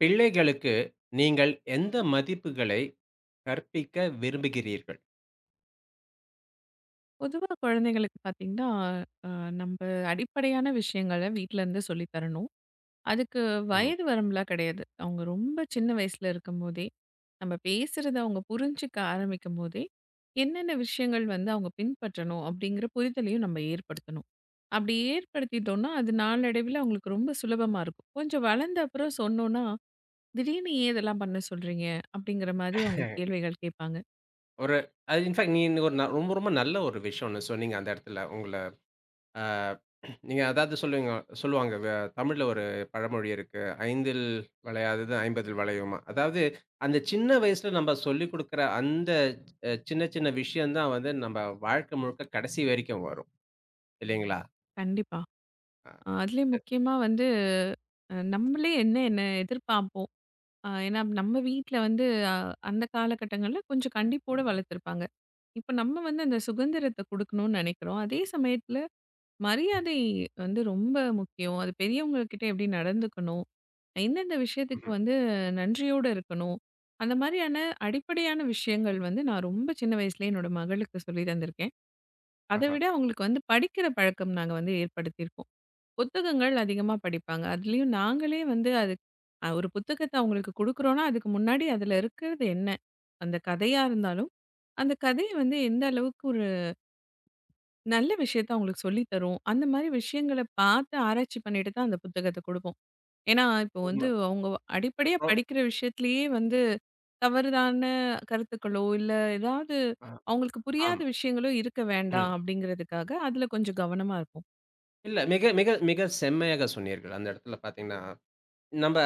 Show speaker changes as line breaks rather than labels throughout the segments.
பிள்ளைகளுக்கு நீங்கள் எந்த மதிப்புகளை கற்பிக்க விரும்புகிறீர்கள்?
பொதுவா குழந்தைகளுக்கு பார்த்தீங்கன்னா, அ நம்ப அடிப்படையான விஷயங்கள வீட்லருந்து சொல்லி தரணும். அதுக்கு
ம்.
வயது வரம்புலாம் கிடையாது. அவங்க ரொம்ப சின்ன வயசுல இருக்கும்போதே, நம்ம பேசுறத அவங்க புரிஞ்சுக்க ஆரம்பிக்கும்போதே, என்னென்ன விஷயங்கள் வந்து அவங்க பின்பற்றணும் அப்படிங்கிற புரிதலையும் நம்ம ஏற்படுத்தணும். அப்படி ஏற்படுத்திட்டோம்னா, அது நாளடைவில அவங்களுக்கு ரொம்ப சுலபமா இருக்கும். கொஞ்சம் வளர்ந்த அப்புறம் சொன்னோம்னா, "திடீர்னு ஏன் இதெல்லாம் பண்ண சொல்றீங்க?" அப்படிங்கிற மாதிரி அவங்க கேள்விகள் கேட்பாங்க.
ஒரு அது இன்ஃபாக்ட் நீங்க ஒரு ந ரொம்ப ரொம்ப நல்ல ஒரு விஷயம் ஒண்ணு சொன்னீங்க அந்த இடத்துல. உங்கள அ நீங்க அதாவது சொல்லுவீங்க சொல்லுவாங்க தமிழ்ல ஒரு பழமொழி இருக்கு. "ஐந்தில் வளையாதது ஐம்பதில் வளையுமா?" அதாவது அந்த சின்ன வயசுல நம்ம சொல்லிக் குடுக்குற அந்த சின்ன சின்ன விஷயம் தான் வந்து நம்ம வாழ்க்கை முழுக்க கடைசி வரைக்கும் வரும். இல்லைங்களா?
கண்டிப்பா.
அ
அதுலயும்
சரி.
முக்கியமா வந்து நம்மளே என்ன என்ன எதிர்பார்ப்போம். ஏன்னா நம்ம வீட்ல வந்து அ அந்த காலகட்டங்கள்ல கொஞ்சம் கண்டிப்போட வளர்த்துருப்பாங்க. இப்ப நம்ம வந்து அந்த சுதந்திரத்த குடுக்கணும்னு நெனைக்கிறோம். அதே சமயத்துல மரியாதை வந்து ரொம்ப முக்கியம். அது பெரியவங்க கிட்ட எப்படி நடந்துக்கணும்? எந்தெந்த விஷயத்துக்கு
ம்ஹ்ம்.
வந்து நன்றியோட இருக்கணும்? அந்த மாரியான அடிப்படையான விஷயங்கள் வந்து நான் ரொம்ப சின்ன வயசுலயே என்னோட மகளுக்கு சொல்லி தந்திருக்கேன். அத
ஆஹா.
விட அவங்களுக்கு வந்து படிக்கிற பழக்கம் நாங்க வந்து ஏற்படுத்தியிருக்கோம். புத்தகங்கள் அதிகமா படிப்பாங்க. அதுலயும் நாங்களே வந்து அது ஒரு புத்தகத்த அவங்களுக்கு குடுக்குறோம்னா, அதுக்கு முன்னாடி அதுல இருக்கிறது என்ன? அந்த கதையா இருந்தாலும், அந்த கதை வந்து எந்த அளவுக்கு ஒரு நல்ல விஷயத்த அவங்களுக்கு சொல்லி தரும். அந்த மாரி விஷயங்கள பார்த்து ஆராய்ச்சி பண்ணிட்டு தான் அந்த புத்தகத்த குடுப்போம். ஏன்னா, இப்போ வந்து
உண்ம.
அவங்க அடிப்படையா
ரொ
படிக்கிற விஷயத்திலேயே வந்து தவறுதான கருத்துக்களோ, இல்ல ஏதாவது
ஆஹ்,
அவங்களுக்கு புரியாத
ஆமா.
விஷயங்களோ இருக்க வேண்டாம்
ம்.
அப்படிங்கிறதுக்காக, அதுல கொஞ்சம் கவனமா இருப்போம்.
இல்ல. மிக மிக மிக செம்மையாக சொன்னீர்கள். அந்த இடத்துல பார்த்தீங்கன்னா, நம்ப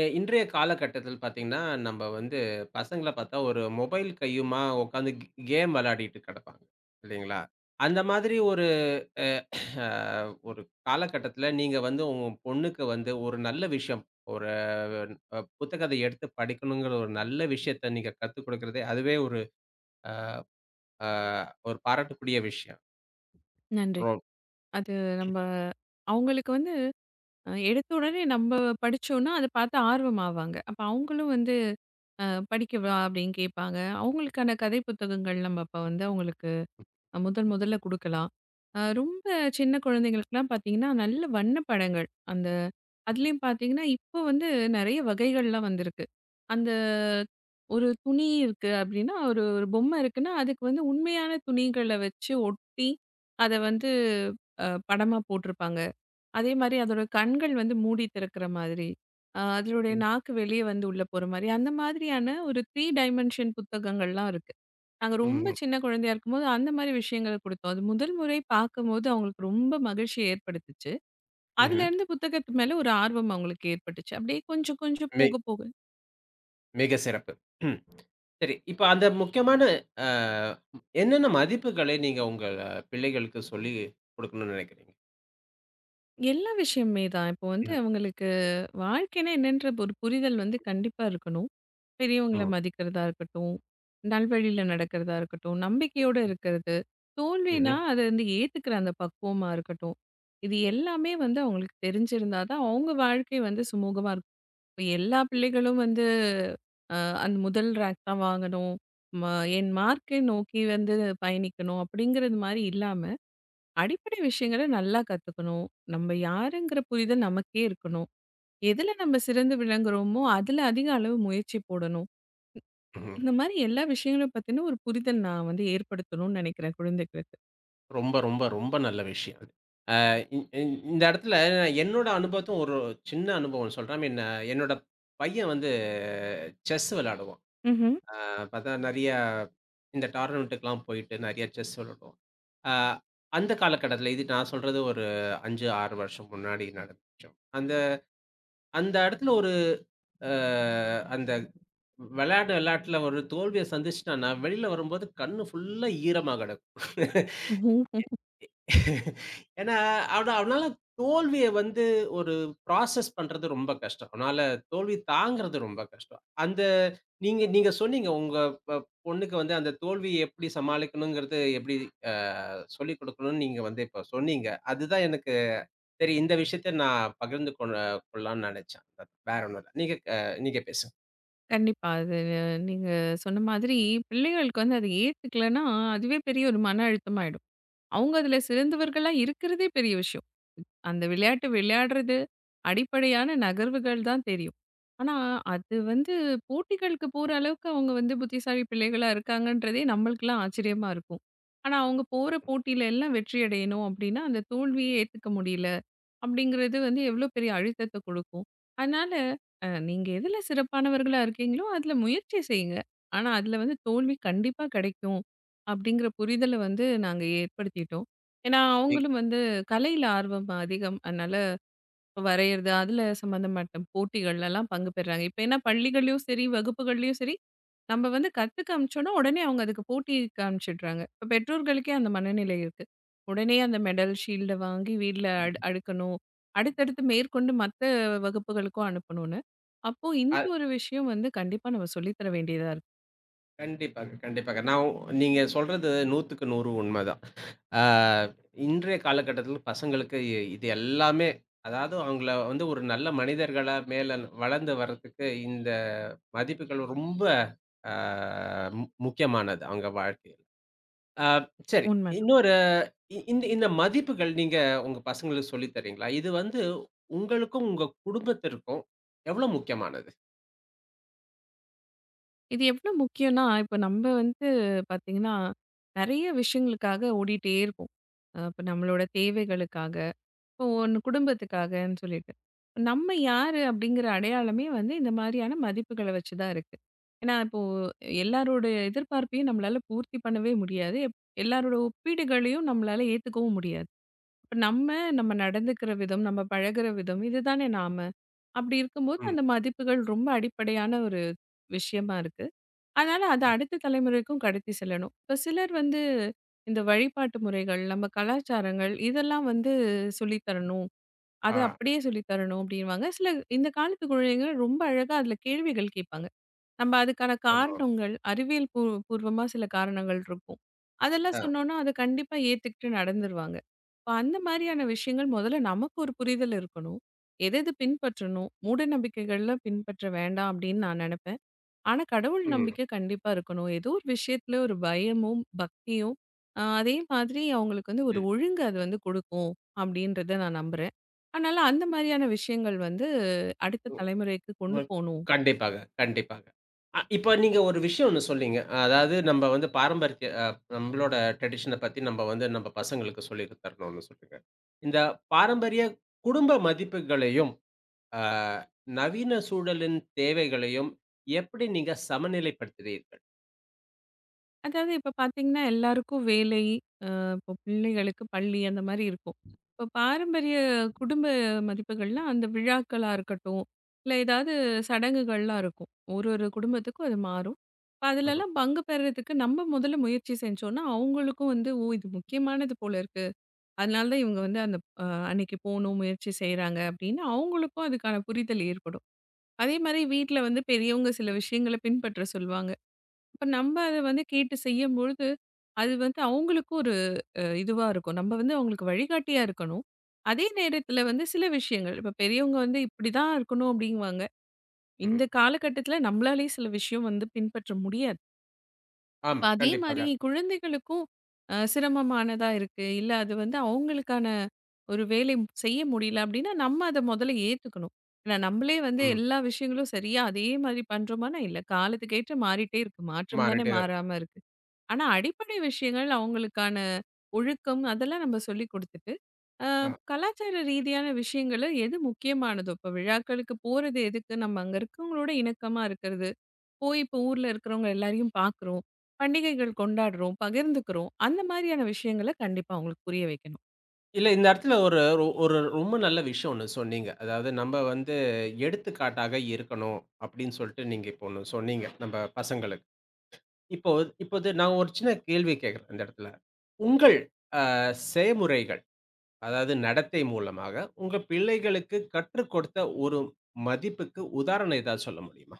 எ இன்றைய காலகட்டத்தில் பார்த்தீங்கன்னா, நம்ப வந்து பசங்கள பார்த்தா ஒரு மொபைல் கையுமா உட்காந்து கேம் விளையாடிட்டு கிடப்பாங்க. இல்லைங்களா? அந்த மாதிரி அ ஒரு காலகட்டத்தில நீங்க வந்து உங்க பொண்ணுக்கு வந்து ஒரு நல்ல விஷயம், ஒரு அ புத்தகத்த எடுத்து படிக்கணுங்கிற ஒரு நல்ல விஷயத்த நீங்க கத்துக் கொடுக்கிறதே, அதுவே அ ஒரு பாராட்டக்கூடிய விஷயம்.
நன்றி.
ரொ
அது நம்ம அவங்களுக்கு வந்து எடுத்த உடனே நம்ப படிச்சோன்னா, அத பார்த்து ஆர்வம் ஆவாங்க. அப்ப அவங்களும் வந்து அ "படிக்கவா?" அப்படின்னு கேட்பாங்க. அவங்களுக்கான கதை புத்தகங்கள் நம்ம அப்ப வந்து அவங்களுக்கு முதல் முதல்ல குடுக்கலாம். ரொம்ப சின்ன குழந்தைங்களுக்குலாம் பார்த்தீங்கன்னா, நல்ல வண்ண படங்கள். அந்த அதுலயும் பார்த்தீங்கன்னா, இப்போ வந்து நெறைய வகைகள்லாம் வந்திருக்கு. அந்த ஒரு துணி இருக்கு அப்படின்னா, ஒரு ஒரு பொம்மை இருக்குன்னா, அதுக்கு வந்து உண்மையான துணிகள வச்சு ஒட்டி, அத வந்து படமா போட்டிருப்பாங்க. அதே மாரி அதோட கண்கள் வந்து மூடி திறக்கிற மாதிரி, அதனுடைய
ம்.
நாக்கு வெளிய வந்து உள்ள போற மாரி, அந்த மாதிரியான ஒரு 3 டைமென்ஷன் புத்தகங்கள்லாம் இருக்கு. நாங்க ரொம்ப
ம்ஹ்ம்.
சின்ன குழந்தையா இருக்கும்போது, அந்த மாரி விஷயங்கள குடுத்தோம். அது முதல் முறை பார்க்கும்போது அவங்களுக்கு ரொம்ப மகிழ்ச்சிய ஏற்படுத்துச்சு.
ம்ஹ்ம்.
அதுலேருந்து புத்தகத்து மேல ஒரு ஆர்வம் அவங்களுக்கு ஏற்பட்டுச்சு. அப்படியே கொஞ்சம் கொஞ்சம் போக போக
மிக சிறப்பு. ம். சரி, இப்ப அந்த முக்கியமான அ என்னென்ன மதிப்புகளை நீங்க உங்க பிள்ளைகளுக்கு சொல்லிக் குடுக்கணும்னு நினைக்கிறீங்க?
எல்லா விஷயமே தான். இப்போ வந்து
ம்.
அவங்களுக்கு வாழ்க்கைன்னா என்னன்ற ஒரு புரிதல் வந்து கண்டிப்பா இருக்கணும். பெரியவங்கள
ம்.
மதிக்கிறதா இருக்கட்டும், நல்வழியில நடக்கிறதா இருக்கட்டும், நம்பிக்கையோட இருக்கிறது, தோல்வினா
ம்ஹ்ம்.
அத வந்து ஏத்துக்கிற அந்த பக்குவமா இருக்கட்டும். இது எல்லாமே வந்து அவங்களுக்கு தெரிஞ்சிருந்தா தான் அவங்க வாழ்க்கை வந்து சுமூகமா இருக்கும். இப்ப எல்லா பிள்ளைகளும் வந்து அ அந்த முதல் ரேங்க் தான் வாங்கணும். ம என் மார்க்கை நோக்கி வந்து பயணிக்கணும் அப்படிங்கிறது மாரி இல்லாம அடிப்படை விஷயங்கள நல்லா கத்துக்கணும். நம்ம யாருங்கிற புரிதல் நமக்கே இருக்கணும். எதுல நம்ம சிறந்து விளங்குறோமோ, அதுல அதிக அளவு முயற்சி போடணும்.
ம்ஹ்ம்.
இந்த மாரி எல்லா விஷயங்களும் பத்தின ஒரு புரிதல் நான் வந்து ஏற்படுத்தணும்னு நெனைக்கிறேன் குழந்தைகளுக்கு.
ரொம்ப, ரொம்ப, ரொம்ப நல்ல விஷயம் அது. அ இ இந் இந்த இடத்துல நான் என்னோட அனுபவத்தும் ஒரு சின்ன அனுபவம் சொல்றேன். ஐ மீன் என்னோட பையன் வந்து செஸ் விளையாடுவான்.
ம்ஹ்ம்.
அ பார்த்தா நெறைய இந்த டோர்னமென்ட்டுக்குலாம் போயிட்டு நெறைய செஸ் விளையாடுவான். அ அந்த காலகட்டத்தில இது நான் சொல்றது ஒரு 5, 6 வருஷம் முன்னாடி நடந்த விஷயம். அந்த அந்த இடத்துல ஒரு அ அந்த விளையாட்டுல ஒரு தோல்விய சந்திச்சுட்டான்னா, வெளில வரும்போது கண்ணு ஃபுல்லா ஈரமா கிடக்கும். ஏன்னா, அவனால தோல்விய வந்து ஒரு ப்ராசஸ் பண்றது ரொம்ப கஷ்டம். அவனால தோல்வி தாங்குறது ரொம்ப கஷ்டம். நீங்க நீங்க சொன்னீங்க, உங்க ப பொண்ணுக்கு வந்து அந்த தோல்விய எப்படி சமாளிக்கணுங்கிறது, எப்படி அ சொல்லிக் குடுக்கணும்னு நீங்க வந்து இப்ப சொன்னீங்க. அதுதான் எனக்கு சரி இந்த விஷயத்த நான் பகிர்ந்து கொள்ளலாம்னு நெனச்சேன். வேற ஒண்ணும் இல்ல. நீங்க பேசுங்க.
கண்டிப்பா. அது நீங்க சொன்ன மாதிரி பிள்ளைகளுக்கு வந்து அத ஏத்துக்கலன்னா, அதுவே பெரிய ஒரு மன அழுத்தமாயிடும். அவங்க அதுல சிறந்தவர்களா இருக்கிறதே பெரிய விஷயம். அந்த விளையாட்டு விளையாடுறது அடிப்படையான நகர்வுகள் தான் தெரியும். ஆனா, அது வந்து போட்டிகளுக்கு போற அளவுக்கு அவங்க வந்து புத்திசாலி பிள்ளைகளா இருக்காங்கன்றதே நம்மளுக்கெல்லாம் ஆச்சரியமா இருக்கும். ஆனா, அவங்க போற போட்டியில எல்லாம் வெற்றி அடையணும் அப்படின்னா, அந்த தோல்வியே ஏத்துக்க முடியல. அப்படிங்கிறது வந்து எவ்வளோ பெரிய அழுத்தத்த குடுக்கும். அதனால, நீங்க எதுல சிறப்பானவர்களா இருக்கீங்களோ, அதுல முயற்சி செய்யுங்க. ஆனா, அதுல வந்து தோல்வி கண்டிப்பா கெடைக்கும். அப்படிங்கிற புரிதல வந்து நாங்க ஏற்படுத்திட்டோம். ஏன்னா,
நீ
அவங்களும் வந்து கலையில ஆர்வம் அதிகம். அதனால வரையறது, அதுல சம்மந்தப்பட்ட போட்டிகள்லலாம் பங்கு பெறாங்க. இப்ப ஏன்னா பள்ளிகள்லயும் சரி, வகுப்புகள்லயும் சரி, நம்ம வந்து கத்துக்க அனுப்பிச்சோம்னா, உடனே அவங்க அதுக்கு போட்டிக்கு அனுப்பிச்சிடுறாங்க. இப்ப பெற்றோர்களுக்கே அந்த மனநிலை இருக்கு. உடனே அந்த மெடல், ஷீல்ட வாங்கி வீட்ல அடுக்கணும். அடுத்தடுத்து மேற்கொண்டு மத்த வகுப்புகளுக்கும் அனுப்பணும்னு. அப்போ இந்த
அ
ஒரு விஷயம் வந்து கண்டிப்பா நம்ம சொல்லி தர வேண்டியதா இருக்கு.
கண்டிப்பாங்க, கண்டிப்பாங்க. நான் உ நீங்க சொல்றது 100க்கு 100 உண்மதான். ஆ இன்றைய காலகட்டத்தில பசங்களுக்கு இது எல்லாமே அதாவது அவங்கள வந்து ஒரு நல்ல மனிதர்களா மேல வளர்ந்து வர்றதுக்கு இந்த மதிப்புகள் ரொம்ப ஆ மு முக்கியமானது அவங்க வாழ்க்கையில. ஆ சரி
உண்மதான்.
இன்னொரு இந்த இந்த மதிப்புகள் நீங்க உங்க பசங்களுக்கு சொல்லி தர்றீங்களா? இது வந்து உங்களுக்கும், உங்க குடும்பத்திற்கும் எவ்வளோ முக்கியமானது?
இது எவ்ளோ முக்கியம்னா, இப்ப நம்ம வந்து பாத்தீங்கன்னா, நெறைய விஷயங்களுக்காக ஓடிட்டே இருப்போம். இப்ப நம்மளோட தேவைகளுக்காக. இப்போ ஒண்ணு குடும்பத்துக்காகன்னு சொல்லிட்டு. நம்ம யாரு அப்படிங்கிற அடையாளமே வந்து இந்த மாதிரியான மதிப்புகள வச்சு தான் இருக்கு. ஏன்னா இப்போ எல்லாரோட எதிர்பார்ப்பையும் நம்மளால பூர்த்தி பண்ணவே முடியாது. எல்லாரோட ஒப்பீடுகளையும் நம்மளால ஏத்துக்கவும் முடியாது. இப்ப நம்ம, நம்ம நடந்துக்கிற விதம், நம்ம பழகுற விதம் இதுதானே நாம. அப்படி இருக்கும்போது
ம்.
அந்த மதிப்புகள் ரொம்ப அடிப்படையான ஒரு விஷயமா இருக்கு. அதனால அத
ம்.
அடுத்த தலைமுறைக்கும் கடத்தி செல்லணும். இப்ப சிலர் வந்து இந்த வழிபாட்டு முறைகள், நம்ம கலாச்சாரங்கள் இதெல்லாம் வந்து சொல்லி தரணும். அது
ஆ
அப்படியே சொல்லி தரணும் அப்படின்வாங்க. சில இந்த காலத்து குழந்தைகள் ரொம்ப அழகா அதில கேள்விகள் கேட்பாங்க. நம்ம அதுக்கான
ஆமா.
காரணங்கள், அறிவியல் பூ பூர்வமா சில காரணங்கள் இருக்கும். அதெல்லாம்
ஆ.
சொன்னோம்னா, அத கண்டிப்பா ஏத்துக்கிட்டு நடந்துருவாங்க. இப்ப அந்த மாரியான விஷயங்கள் முதல்ல நமக்கு ஒரு புரிதல் இருக்கணும். எதெது பின்பற்றணும், மூட நம்பிக்கைகள்லாம் பின்பற்ற வேண்டாம் அப்படின்னு நான் நெனைப்பேன். ஆனா, கடவுள்
ம்.
நம்பிக்கை கண்டிப்பா இருக்கணும். ஏதோ ஒரு விஷயத்துல ஒரு பயமும், பக்தியும் அதே மாதிரி அவங்களுக்கு வந்து ஒரு
ம்.
ஒழுங்கு அது வந்து குடுக்கும் அப்படின்றத நான் நம்புறேன். அதனால அந்த மாதிரியான விஷயங்கள் வந்து அடுத்த தலைமுறைக்கு கொண்டு
ம்.
போணும்.
கண்டிப்பாக, கண்டிப்பாக. இப்ப நீங்க ஒரு விஷயம் ஒண்ணு சொன்னீங்க. அதாவது நம்ம வந்து பாரம்பரிய அ நம்மளோட ட்ரெடிஷன பத்தி நம்ம வந்து நம்ம பசங்களுக்கு சொல்லி தரணும்னு சொல்றீங்க. இந்த பாரம்பரிய குடும்ப மதிப்புகளையும், அ நவீன சூழலின் தேவைகளையும் எப்படி நீங்க சமநிலைப்படுத்துகிறீர்கள்?
அதாவது இப்ப பார்த்தீங்கன்னா, எல்லாருக்கும் வேலை, அ இப்போ பிள்ளைகளுக்கு பள்ளி அந்த மாரி இருக்கும். இப்போ பாரம்பரிய குடும்ப மதிப்புகள்லாம் அந்த விழாக்களா இருக்கட்டும், இல்ல ஏதாவது சடங்குகள்லாம் இருக்கும். ஒரு ஒரு குடும்பத்துக்கும் அது மாறும். இப்ப
ம்ஹ்ம்.
அதுலலாம் பங்கு பெறுறதுக்கு நம்ம முதல்ல முயற்சி செஞ்சோம்னா, அவங்களுக்கும் வந்து ஓ! இது முக்கியமானது போல இருக்கு. அதனால தான் இவங்க வந்து அந்த அ அன்னைக்கு போணும், முயற்சி செய்றாங்க அப்படின்னு அவங்களுக்கும் அதுக்கான புரிதல் ஏற்படும். அதே மாரி வீட்ல வந்து பெரியவங்க சில விஷயங்கள பின்பற்ற சொல்லுவாங்க. இப்ப நம்ம அத வந்து கேட்டு செய்யும்பொழுது, அது வந்து அவங்களுக்கும் ஒரு இதுவா இருக்கும். நம்ம வந்து அவங்களுக்கு வழிகாட்டியா இருக்கணும். அதே நேரத்தில வந்து சில விஷயங்கள், இப்ப பெரியவங்க வந்து இப்படிதான் இருக்கணும் அப்படிங்குவாங்க. இந்த
ம்.
காலகட்டத்தில நம்மளாலயே சில விஷயம் வந்து பின்பற்ற முடியாது. இப்ப
ஆமா.
அதே மாரி
கண்டிப்பாக.
குழந்தைகளுக்கும் சிரமமானதா இருக்கு. இல்ல அது வந்து அவங்களுக்கான ஒரு செய்ய முடியல அப்படின்னா, நம்ம அத முதல்ல ஏத்துக்கணும். ஏன்னா நம்மளே வந்து
ம்.
எல்லா விஷயங்களும் சரியா அதே மாரி பண்றோமான்னா, இல்ல. காலத்துக்கு ஏற்ற மாறிட்டே இருக்கு. மாற்றம் தானே
மாறிட்டே இருக்கு.
மாறாம இருக்கு. ஆனா அடிப்படை விஷயங்கள் அவங்களுக்கான ஒழுக்கம் அதெல்லாம் நம்ம சொல்லி கொடுத்துட்டு, அ
அ.
கலாச்சார ரீதியான விஷயங்கள்ல எது முக்கியமானதோ, இப்போ விழாக்களுக்கு போறது எதுக்கு? நம்ம அங்க இருக்கவங்களோட இணக்கமா இருக்கிறது. போய் இப்போ ஊர்ல இருக்கிறவங்க எல்லாரையும் பார்க்குறோம். பண்டிகைகள் கொண்டாடுறோம், பகிர்ந்துக்கிறோம். அந்த மாதிரியான விஷயங்கள கண்டிப்பா அவங்களுக்கு புரிய வைக்கணும்.
இல்ல, இந்த இடத்துல ஒரு ரொம்ப நல்ல விஷயம் ஒண்ணு சொன்னீங்க. அதாவது நம்ம வந்து எடுத்துக்காட்டாக இருக்கணும் அப்படின்னு சொல்லிட்டு நீங்க இப்போ ஒண்ணு சொன்னீங்க, நம்ம பசங்களுக்கு. இப்போ இப்போது நான் ஒரு சின்ன கேள்வி கேட்கிறேன் இந்த இடத்துல. உங்கள் அ செயமுறைகள், அதாவது நடத்தை மூலமாக உங்க பிள்ளைகளுக்கு கற்றுக் கொடுத்த ஒரு மதிப்புக்கு உதாரணம் ஏதாவது சொல்ல முடியுமா?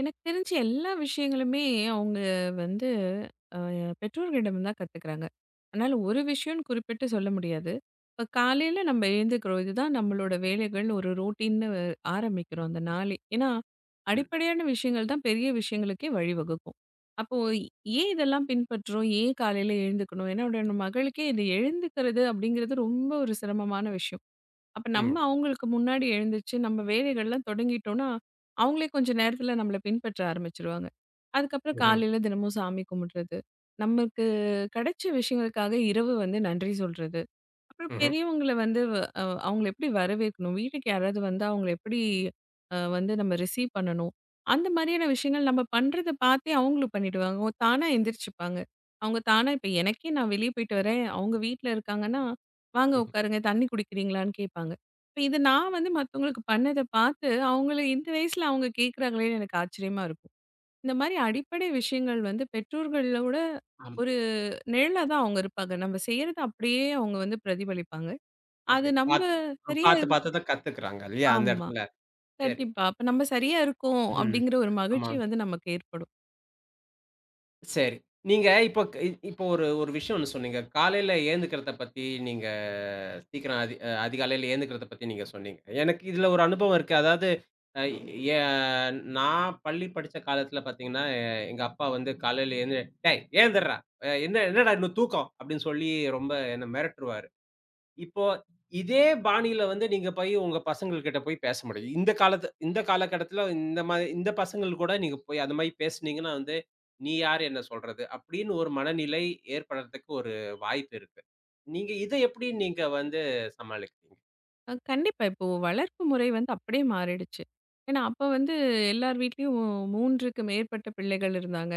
எனக்கு தெரிஞ்சு எல்லா விஷயங்களுமே அவங்க வந்து அ பெற்றோர்களிடம் தான் கத்துக்கிறாங்க. அதனால ஒரு விஷயம்னு குறிப்பிட்டு சொல்ல முடியாது. இப்ப காலையில நம்ம எழுந்துக்கிறோம். இதுதான் நம்மளோட வேலைகள் ஒரு ரொட்டீன்னு ஆரம்பிக்கிறோம் அந்த நாளே. ஏன்னா,
ம்.
அடிப்படையான விஷயங்கள் தான் பெரிய விஷயங்களுக்கே வழிவகுக்கும். அப்போ ஏன் இதெல்லாம் பின்பற்றுறோம்? ஏன் காலையில எழுந்துக்கணும்? ஏன்னா, என்னோட மகளுக்கே இது எழுந்துக்கிறது அப்படிங்கிறது ரொம்ப ஒரு சிரமமான விஷயம். அப்ப நம்ம
ம்.
அவங்களுக்கு முன்னாடி எழுந்துச்சு நம்ம வேலைகள்லாம் தொடங்கிட்டோம்னா அவங்களே கொஞ்சம் நேரத்துல நம்மள பின்பற்ற ஆரம்பிச்சுருவாங்க. அதுக்கப்புறம்
ம்ஹ்ம்.
காலையில தினமும் சாமி கும்பிடுறது. நமக்கு கிடைச்ச விஷயங்களுக்காக இரவு வந்து நன்றி சொல்றது. அப்புறம்
ம்ஹ்ம்.
பெரியவங்கள வந்து வ அ அவங்கள எப்படி வரவேற்கணும்? வீட்டுக்கு யாராவது வந்தா அவங்கள எப்படி வந்து நம்ம ரிசீவ் பண்ணணும்? அந்த மாரியான விஷயங்கள் நம்ம பண்றத பார்த்தே அவங்களும் பண்ணிடுவாங்க. ஓ தானா எந்திரிச்சுப்பாங்க. அவங்க தானா இப்ப எனக்கே நான் வெளியே போயிட்டு வரேன், அவங்க வீட்ல இருக்காங்கன்னா, "வாங்க
ம்ஹ்ம்.
உட்காருங்க, தண்ணி குடிக்கிறீங்களான்னு?" கேட்பாங்க. இப்ப இது நான் வந்து மத்தவங்களுக்கு பண்ணத பார்த்து, அவங்கள இந்த வயசுல அவங்க கேட்கறாங்களேன்னு எனக்கு ஆச்சரியமா இருக்கும். இந்த மாரி அடிப்படை விஷயங்கள் வந்து பெற்றோர்களோட
ஆமா.
ஒரு நிழலா தான் அவங்க இருப்பாங்க. நம்ம செய்யறத அப்படியே அவங்க வந்து பிரதிபலிப்பாங்க. அது
அப்படி
நம்ம
பார்த்து
சரியா
பார்த்து
இரு
பார்த்து தான் கத்துக்கிறாங்க இல்லையா? அந்த
ஆமா.
இடத்துல. சரி.
கண்டிப்பா. அப்ப நம்ம சரியா இருக்கோம்
ம்.
அப்படிங்கிற ஒரு
ஆமா.
மகிழ்ச்சி வந்து நமக்கு ஏற்படும்.
சரி. நீங்க இப்போ க் இ இப்போ ஒரு ஒரு விஷயம் ஒண்ணு சொன்னீங்க. காலையில ஏந்துக்கிறத பத்தி நீங்க சீக்கிரம் அதிகாலையில ஏந்துக்கிறத பத்தி நீங்க சொன்னீங்க. எனக்கு இதுல ஒரு அனுபவம் இருக்கு. அதாவது அ எ நான் பள்ளி படிச்ச காலத்துல பாத்தீங்கன்னா, எங்க அப்பா வந்து காலையில எழுந்து "டேய்! ஏந்திர்றா! என்னடா இன்னும் தூக்கம்" அப்படின்னு சொல்லி ரொம்ப என்ன மிரட்டுருவாரு. இப்போ இதே பாணியில வந்து நீங்க போய் உங்க பசங்கள்கிட்ட போய் பேச முடியாது. இந்த காலகட்டத்துல இந்த மாரி இந்த பசங்கள் கூட நீங்க போய் அந்த மாரி பேசுனீங்கன்னா வந்து, "நீ யாரு என்ன சொல்றது?" அப்படின்னு ஒரு மனநிலை ஏற்படுறதுக்கு ஒரு வாய்ப்பு இருக்கு. நீங்க இத எப்படி நீங்க வந்து சமாளிக்கிறீங்க?
கண்டிப்பா. இப்போ வளர்ப்பு முறை வந்து அப்படியே மாறிடுச்சு. ஏன்னா, அப்ப வந்து எல்லார் வீட்லயும் 3க்கு மேற்பட்ட பிள்ளைகள் இருந்தாங்க.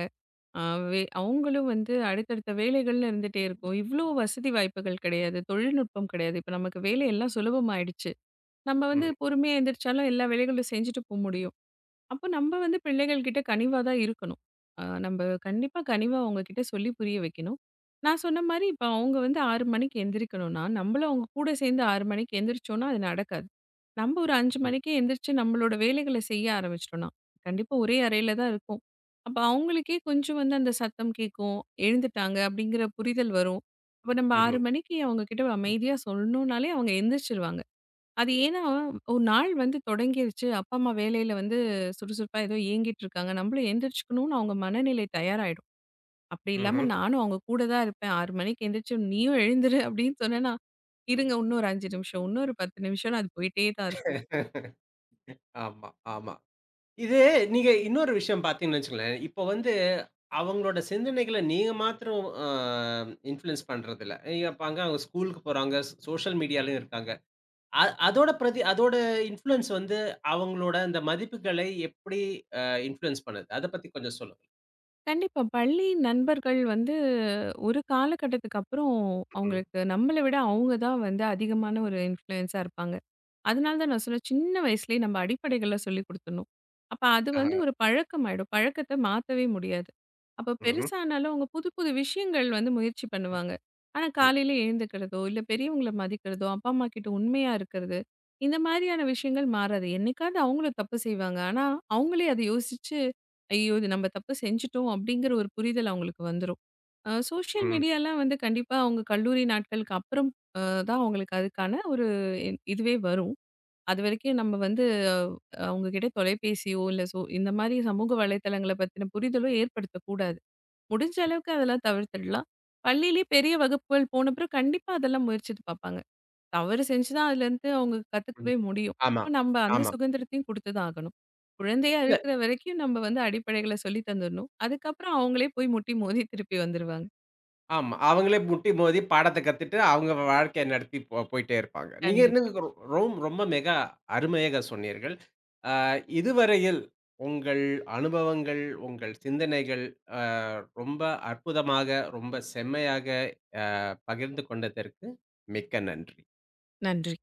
அ வே அவங்களும் வந்து அடுத்தடுத்த வேலைகள்னு இருந்துட்டே இருக்கும். இவ்ளோ வசதி வாய்ப்புகள் கிடையாது. தொழில்நுட்பம் கிடையாது. இப்ப நமக்கு வேலையெல்லாம் சுலபமாயிடுச்சு. நம்ம வந்து
ம்,
பொறுமையா எந்திரிச்சாலும் எல்லா வேலைகளும் செஞ்சுட்டு போ முடியும். அப்போ நம்ம வந்து பிள்ளைகள் கிட்ட கனிவா தான் இருக்கணும். நம்ப கண்டிப்பா கனிவா அவங்க கிட்ட சொல்லி புரிய வைக்கணும். நான் சொன்ன மாரி இப்ப அவங்க வந்து 6 மணிக்கு எந்திரிக்கணும்னா, நம்மளும் அவங்க கூட சேர்ந்து 6 மணிக்கு எந்திரிச்சோம்னா, அது நடக்காது. நம்ம ஒரு 5
ம்,
மணிக்கே எந்திரிச்சு நம்மளோட வேலைகள செய்ய ஆரம்பிச்சுட்டோம்னா, கண்டிப்பா ஒரே அறையில தான் இருப்போம். அப்ப அவங்களுக்கே கொஞ்சம் வந்து அந்த சத்தம் கேட்கும். எழுந்துட்டாங்க அப்படிங்கிற புரிதல் வரும். அப்ப நம்ம 6
ம்ஹ்ம்,
மணிக்கு அவங்க கிட்ட அமைதியா சொல்லணும்னாலே அவங்க எந்திரிச்சுருவாங்க. அது ஏன்னா, ஒரு நாள் வந்து தொடங்கிருச்சு. அப்பா, அம்மா வேலையில வந்து சுறுசுறுப்பா ஏதோ இயங்கிட்டு இருக்காங்க. நம்மளும் எந்திரிச்சுக்கணும்னு அவங்க மனநிலை தயாராயிடும். அப்படி இல்லாம
ம்ஹ்ம்.
நானும் அவங்க கூட தான் இருப்பேன். 6 மணிக்கு எந்திரிச்சு நீயும் எழுந்துரு அப்படின்னு சொன்னேன்னா, இருங்க இன்னும் ஒரு 5 நிமிஷம், இன்னும் ஒரு 10 நிமிஷம்னு அது போயிட்டே தான் இருக்கும்.
ஆமா, ஆமா. இது நீங்க இன்னொரு விஷயம் பார்த்தீங்கன்னு வச்சுக்கங்களேன், இப்போ வந்து அவங்களோட சிந்தனைகள நீங்க மாத்திரம் இன்ஃப்ளூயன்ஸ் பண்றதில்ல. இங்க பாருங்க அவங்க ஸ்கூலுக்கு போறாங்க, சோசியல் மீடியாலயும் இருக்காங்க. அ அதோட பிரதி அதோட இன்ஃப்ளூயன்ஸ் வந்து அவங்களோட அந்த மதிப்புகளை எப்படி அ இன்ஃப்ளூயன்ஸ் பண்ணுது? அத பத்தி கொஞ்சம் சொல்லுங்க.
கண்டிப்பா. பள்ளி நண்பர்கள் வந்து ஒரு காலகட்டத்துக்கு அப்புறம்
ம்.
அவங்களுக்கு நம்மள விட அவங்க தான் வந்து அதிகமான ஒரு இன்ஃப்ளூயன்ஸா இருப்பாங்க. அதனால தான் நான் சொன்னேன், சின்ன வயசுலயே நம்ம அடிப்படைகள்லாம் சொல்லிக் குடுத்துடணும். அப்ப அது
ஆஹா.
வந்து ஒரு பழக்கமாயிடும். பழக்கத்த மாத்தவே முடியாது. அப்ப
ம்ஹ்ம்.
பெருசானாலும் அவங்க புது புது விஷயங்கள் வந்து முயற்சி பண்ணுவாங்க. ஆனா
ம்.
காலையில எழுந்துக்கிறதோ, இல்ல பெரியவங்கள மதிக்கிறதோ, அப்பா, அம்மா கிட்ட உண்மையா இருக்கிறது, இந்த மாதிரியான விஷயங்கள் மாறாது. என்னைக்காவது அவங்களும் தப்பு செய்வாங்க. ஆனா அவங்களே அத யோசிச்சு, "ஐயோ! இது நம்ம தப்பு செஞ்சுட்டோம்" அப்படிங்கிற ஒரு புரிதல் அவங்களுக்கு வந்துரும். சோஷியல்
ம்.
மீடியாலாம் வந்து கண்டிப்பா அவங்க கல்லூரி நாட்களுக்கு அப்புறம் அ தான் அவங்களுக்கு அதுக்கான ஒரு இதுவே வரும். அதுவரைக்கும் நம்ம வந்து அஹ், அவங்க கிட்ட தொலைபேசியோ, இல்ல சோ இந்த மாரி சமூக வலைத்தளங்கள பத்தின புரிதலோ ஏற்படுத்தக்கூடாது. முடிஞ்ச அளவுக்கு அதெல்லாம் தவிர்த்துடலாம். பள்ளியிலேயே பெரிய வகுப்புகள் போன பிறகு கண்டிப்பா அதெல்லாம் முயற்சித்து பார்ப்பாங்க. தவறு செஞ்சு தான் அதுலேருந்து அவங்க
ம்.
கத்துக்கவே முடியும்.
ஆமா.
அப்ப நம்ம அந்த
ஆமா.
சுதந்திரத்தையும் குடுத்து தான் ஆகணும். குழந்தையா
இல்ல.
இருக்கிற வரைக்கும் நம்ம வந்து அடிப்படைகள சொல்லி தந்துடணும். அதுக்கப்புறம் அவங்களே போய் முட்டி மோதி திருப்பி வந்துருவாங்க.
ஆமா. அவங்களே முட்டி மோதி பாடத்த கத்துட்டு, அவங்க வாழ்க்கைய நடத்தி போயிட்டே இருப்பாங்க. நீங்க
கண்டிப்பா.
இன்னும் ரொ ரொம் ரொம்ப மிக அருமையாக சொன்னீர்கள். அ இதுவரையில் உங்கள் அனுபவங்கள், உங்கள் சிந்தனைகள் அ ரொம்ப அற்புதமாக, ரொம்ப செம்மையாக அ பகிர்ந்து கொண்டதற்கு மிக்க நன்றி.
நன்றி.